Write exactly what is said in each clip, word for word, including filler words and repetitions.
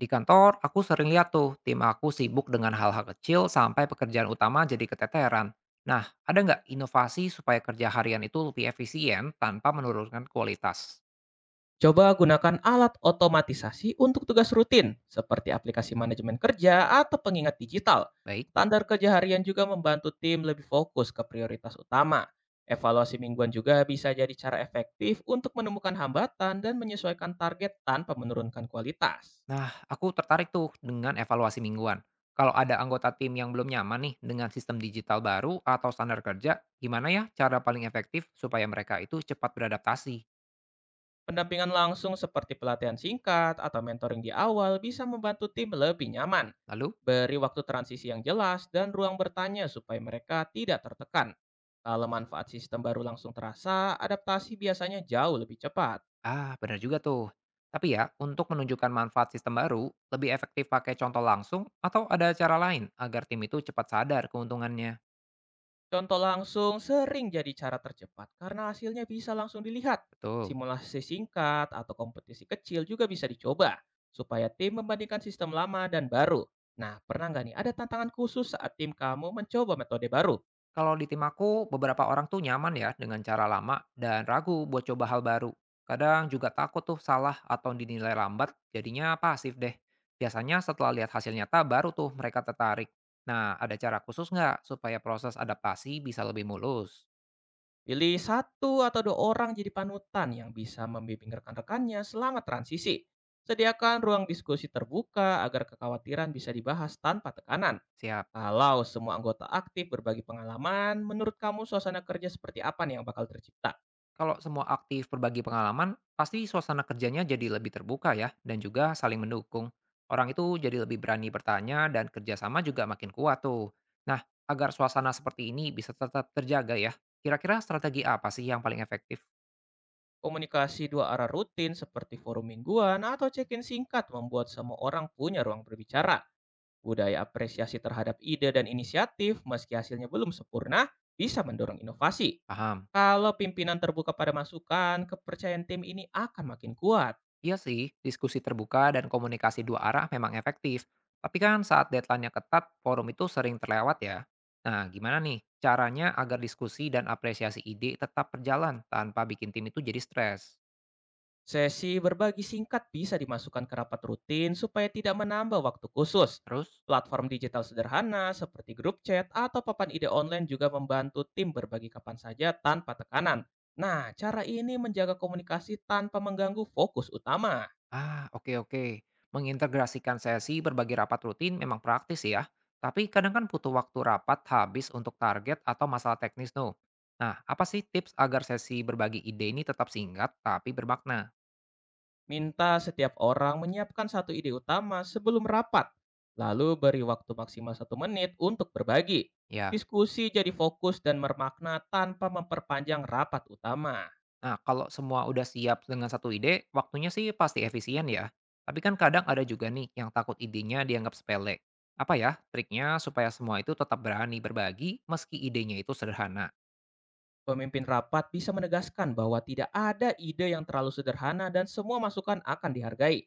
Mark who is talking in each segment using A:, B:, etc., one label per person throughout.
A: Di kantor, aku sering lihat tuh tim aku sibuk dengan hal-hal kecil sampai pekerjaan utama jadi keteteran. Nah, ada nggak inovasi supaya kerja harian itu lebih efisien tanpa menurunkan kualitas?
B: Coba gunakan alat otomatisasi untuk tugas rutin, seperti aplikasi manajemen kerja atau pengingat digital.
A: Baik.
B: Standar kerja harian juga membantu tim lebih fokus ke prioritas utama. Evaluasi mingguan juga bisa jadi cara efektif untuk menemukan hambatan dan menyesuaikan target tanpa menurunkan kualitas.
A: Nah, aku tertarik tuh dengan evaluasi mingguan. Kalau ada anggota tim yang belum nyaman nih dengan sistem digital baru atau standar kerja, gimana ya cara paling efektif supaya mereka itu cepat beradaptasi?
B: Pendampingan langsung seperti pelatihan singkat atau mentoring di awal bisa membantu tim lebih nyaman.
A: Lalu,
B: Beri waktu transisi yang jelas dan ruang bertanya supaya mereka tidak tertekan. Kalau manfaat sistem baru langsung terasa, adaptasi biasanya jauh lebih cepat.
A: ah, benar juga tuh. Tapi ya, untuk menunjukkan manfaat sistem baru, lebih efektif pakai contoh langsung atau ada cara lain agar tim itu cepat sadar keuntungannya.
B: Contoh langsung sering jadi cara tercepat karena hasilnya bisa langsung dilihat.
A: Betul.
B: Simulasi singkat atau kompetisi kecil juga bisa dicoba supaya tim membandingkan sistem lama dan baru. Nah, pernah nggak nih ada tantangan khusus saat tim kamu mencoba metode baru?
A: Kalau di tim aku, beberapa orang tuh nyaman ya dengan cara lama dan ragu buat coba hal baru. Kadang juga takut tuh salah atau dinilai lambat, jadinya pasif deh. Biasanya setelah lihat hasil nyata baru tuh mereka tertarik. Nah, ada cara khusus nggak supaya proses adaptasi bisa lebih mulus?
B: Pilih satu atau dua orang jadi panutan yang bisa membimbing rekan-rekannya selama transisi. Sediakan ruang diskusi terbuka agar kekhawatiran bisa dibahas tanpa tekanan.
A: Siap.
B: Kalau semua anggota aktif berbagi pengalaman, menurut kamu suasana kerja seperti apa nih yang bakal tercipta?
A: Kalau semua aktif berbagi pengalaman, pasti suasana kerjanya jadi lebih terbuka ya, dan juga saling mendukung. Orang itu jadi lebih berani bertanya dan kerjasama juga makin kuat tuh. Nah, agar suasana seperti ini bisa tetap terjaga ya, kira-kira strategi apa sih yang paling efektif?
B: Komunikasi dua arah rutin seperti forum mingguan atau check-in singkat membuat semua orang punya ruang berbicara. Budaya apresiasi terhadap ide dan inisiatif, meski hasilnya belum sempurna, bisa mendorong inovasi.
A: Paham?
B: Kalau pimpinan terbuka pada masukan, kepercayaan tim ini akan makin kuat.
A: Iya sih, diskusi terbuka dan komunikasi dua arah memang efektif. Tapi kan saat deadline-nya ketat, forum itu sering terlewat ya. Nah, gimana nih caranya agar diskusi dan apresiasi ide tetap berjalan tanpa bikin tim itu jadi stres?
B: Sesi berbagi singkat bisa dimasukkan ke rapat rutin supaya tidak menambah waktu khusus.
A: Terus?
B: Platform digital sederhana seperti grup chat atau papan ide online juga membantu tim berbagi kapan saja tanpa tekanan. Nah, cara ini menjaga komunikasi tanpa mengganggu fokus utama.
A: Ah, oke oke. Mengintegrasikan sesi berbagi rapat rutin memang praktis ya, tapi kadang kan butuh waktu rapat habis untuk target atau masalah teknis tuh. Nah, apa sih tips agar sesi berbagi ide ini tetap singkat tapi bermakna?
B: Minta setiap orang menyiapkan satu ide utama sebelum rapat, lalu beri waktu maksimal satu menit untuk berbagi.
A: Ya,
B: Diskusi jadi fokus dan bermakna tanpa memperpanjang rapat utama.
A: nah, kalau semua udah siap dengan satu ide, waktunya sih pasti efisien ya. Tapi kan kadang ada juga nih yang takut idenya dianggap sepele. Apa ya triknya supaya semua itu tetap berani berbagi meski idenya itu sederhana?
B: Pemimpin rapat bisa menegaskan bahwa tidak ada ide yang terlalu sederhana dan semua masukan akan dihargai.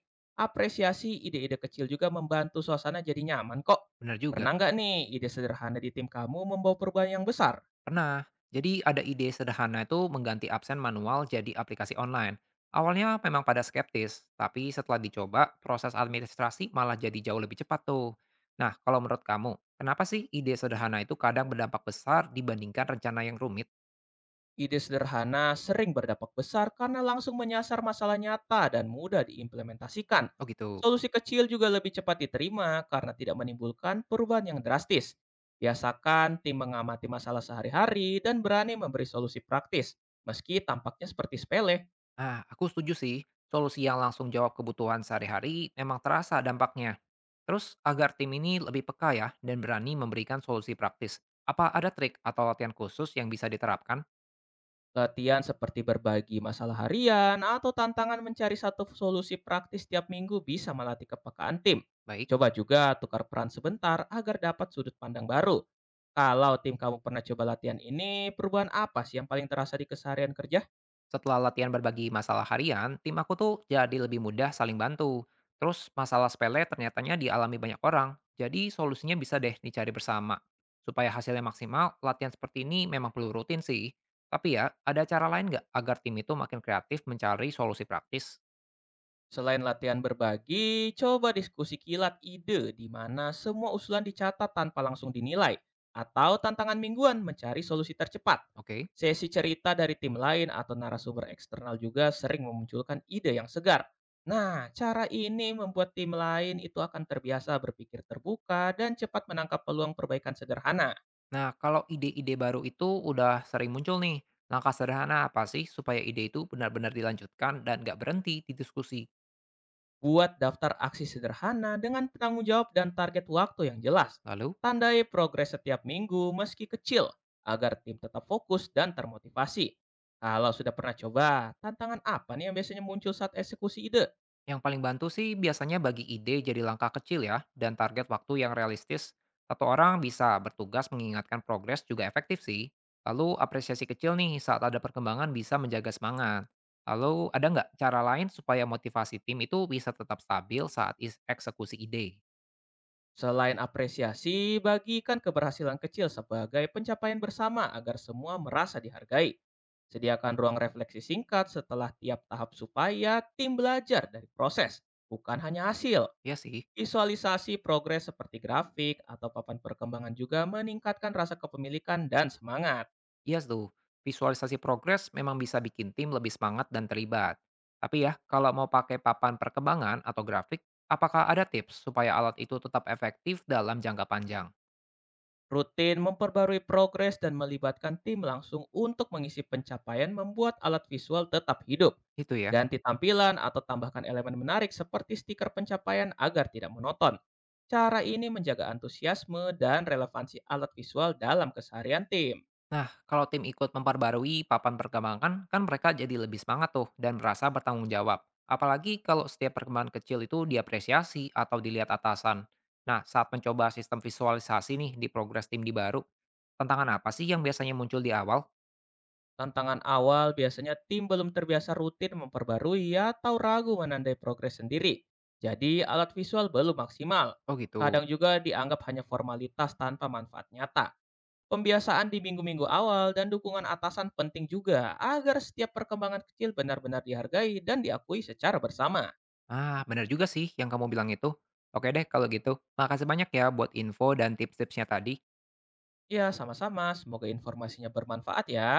B: Apresiasi ide-ide kecil juga membantu suasana jadi nyaman kok.
A: Benar juga.
B: Pernah nggak nih ide sederhana di tim kamu membawa perubahan yang besar?
A: Pernah. Jadi ada ide sederhana itu mengganti absen manual jadi aplikasi online. Awalnya memang pada skeptis, tapi setelah dicoba, proses administrasi malah jadi jauh lebih cepat tuh. Nah, kalau menurut kamu, kenapa sih ide sederhana itu kadang berdampak besar dibandingkan rencana yang rumit?
B: Ide sederhana sering berdampak besar karena langsung menyasar masalah nyata dan mudah diimplementasikan.
A: Oh gitu.
B: Solusi kecil juga lebih cepat diterima karena tidak menimbulkan perubahan yang drastis. Biasakan tim mengamati masalah sehari-hari dan berani memberi solusi praktis, meski tampaknya seperti sepele.
A: Ah, aku setuju sih. Solusi yang langsung jawab kebutuhan sehari-hari memang terasa dampaknya. Terus, agar tim ini lebih peka ya dan berani memberikan solusi praktis. Apa ada trik atau latihan khusus yang bisa diterapkan?
B: Latihan seperti berbagi masalah harian atau tantangan mencari satu solusi praktis tiap minggu bisa melatih kepekaan tim.
A: Baik.
B: Coba juga tukar peran sebentar agar dapat sudut pandang baru. Kalau tim kamu pernah coba latihan ini, perubahan apa sih yang paling terasa di keseharian kerja?
A: Setelah latihan berbagi masalah harian, tim aku tuh jadi lebih mudah saling bantu. Terus masalah sepele ternyatanya dialami banyak orang, jadi solusinya bisa deh dicari bersama. Supaya hasilnya maksimal, latihan seperti ini memang perlu rutin sih. Tapi ya, ada cara lain nggak agar tim itu makin kreatif mencari solusi praktis?
B: Selain latihan berbagi, coba diskusi kilat ide di mana semua usulan dicatat tanpa langsung dinilai atau tantangan mingguan mencari solusi tercepat.
A: Oke.
B: Sesi cerita dari tim lain atau narasumber eksternal juga sering memunculkan ide yang segar. Nah, cara ini membuat tim lain itu akan terbiasa berpikir terbuka dan cepat menangkap peluang perbaikan sederhana.
A: Nah, kalau ide-ide baru itu udah sering muncul nih, langkah sederhana apa sih supaya ide itu benar-benar dilanjutkan dan nggak berhenti di diskusi?
B: Buat daftar aksi sederhana dengan penanggung jawab dan target waktu yang jelas.
A: Lalu?
B: Tandai progres setiap minggu meski kecil agar tim tetap fokus dan termotivasi. Kalau sudah pernah coba, tantangan apa nih yang biasanya muncul saat eksekusi ide?
A: Yang paling bantu sih biasanya bagi ide jadi langkah kecil ya, dan target waktu yang realistis. Satu orang bisa bertugas mengingatkan progres juga efektif sih. Lalu apresiasi kecil nih saat ada perkembangan bisa menjaga semangat. Lalu ada nggak cara lain supaya motivasi tim itu bisa tetap stabil saat is- eksekusi ide?
B: Selain apresiasi, bagikan keberhasilan kecil sebagai pencapaian bersama agar semua merasa dihargai. Sediakan ruang refleksi singkat setelah tiap tahap supaya tim belajar dari proses, bukan hanya hasil.
A: Ya sih.
B: Visualisasi progres seperti grafik atau papan perkembangan juga meningkatkan rasa kepemilikan dan semangat.
A: Iya tuh, visualisasi progres memang bisa bikin tim lebih semangat dan terlibat. Tapi ya, kalau mau pakai papan perkembangan atau grafik, apakah ada tips supaya alat itu tetap efektif dalam jangka panjang?
B: Rutin memperbarui progres dan melibatkan tim langsung untuk mengisi pencapaian membuat alat visual tetap hidup.
A: Itu ya.
B: Ganti tampilan atau tambahkan elemen menarik seperti stiker pencapaian agar tidak monoton. Cara ini menjaga antusiasme dan relevansi alat visual dalam keseharian tim.
A: Nah, kalau tim ikut memperbarui papan perkembangan, kan mereka jadi lebih semangat tuh dan merasa bertanggung jawab. Apalagi kalau setiap perkembangan kecil itu diapresiasi atau dilihat atasan. Nah, saat mencoba sistem visualisasi nih di progres tim di baru, tantangan apa sih yang biasanya muncul di awal?
B: Tantangan awal biasanya tim belum terbiasa rutin memperbarui atau ragu menandai progres sendiri. Jadi alat visual belum maksimal.
A: Oh gitu.
B: Kadang juga dianggap hanya formalitas tanpa manfaat nyata. Pembiasaan di minggu-minggu awal dan dukungan atasan penting juga agar setiap perkembangan kecil benar-benar dihargai dan diakui secara bersama.
A: Ah, benar juga sih yang kamu bilang itu. Oke deh kalau gitu. Makasih banyak ya buat info dan tips-tipsnya tadi.
B: Ya, sama-sama. Semoga informasinya bermanfaat ya.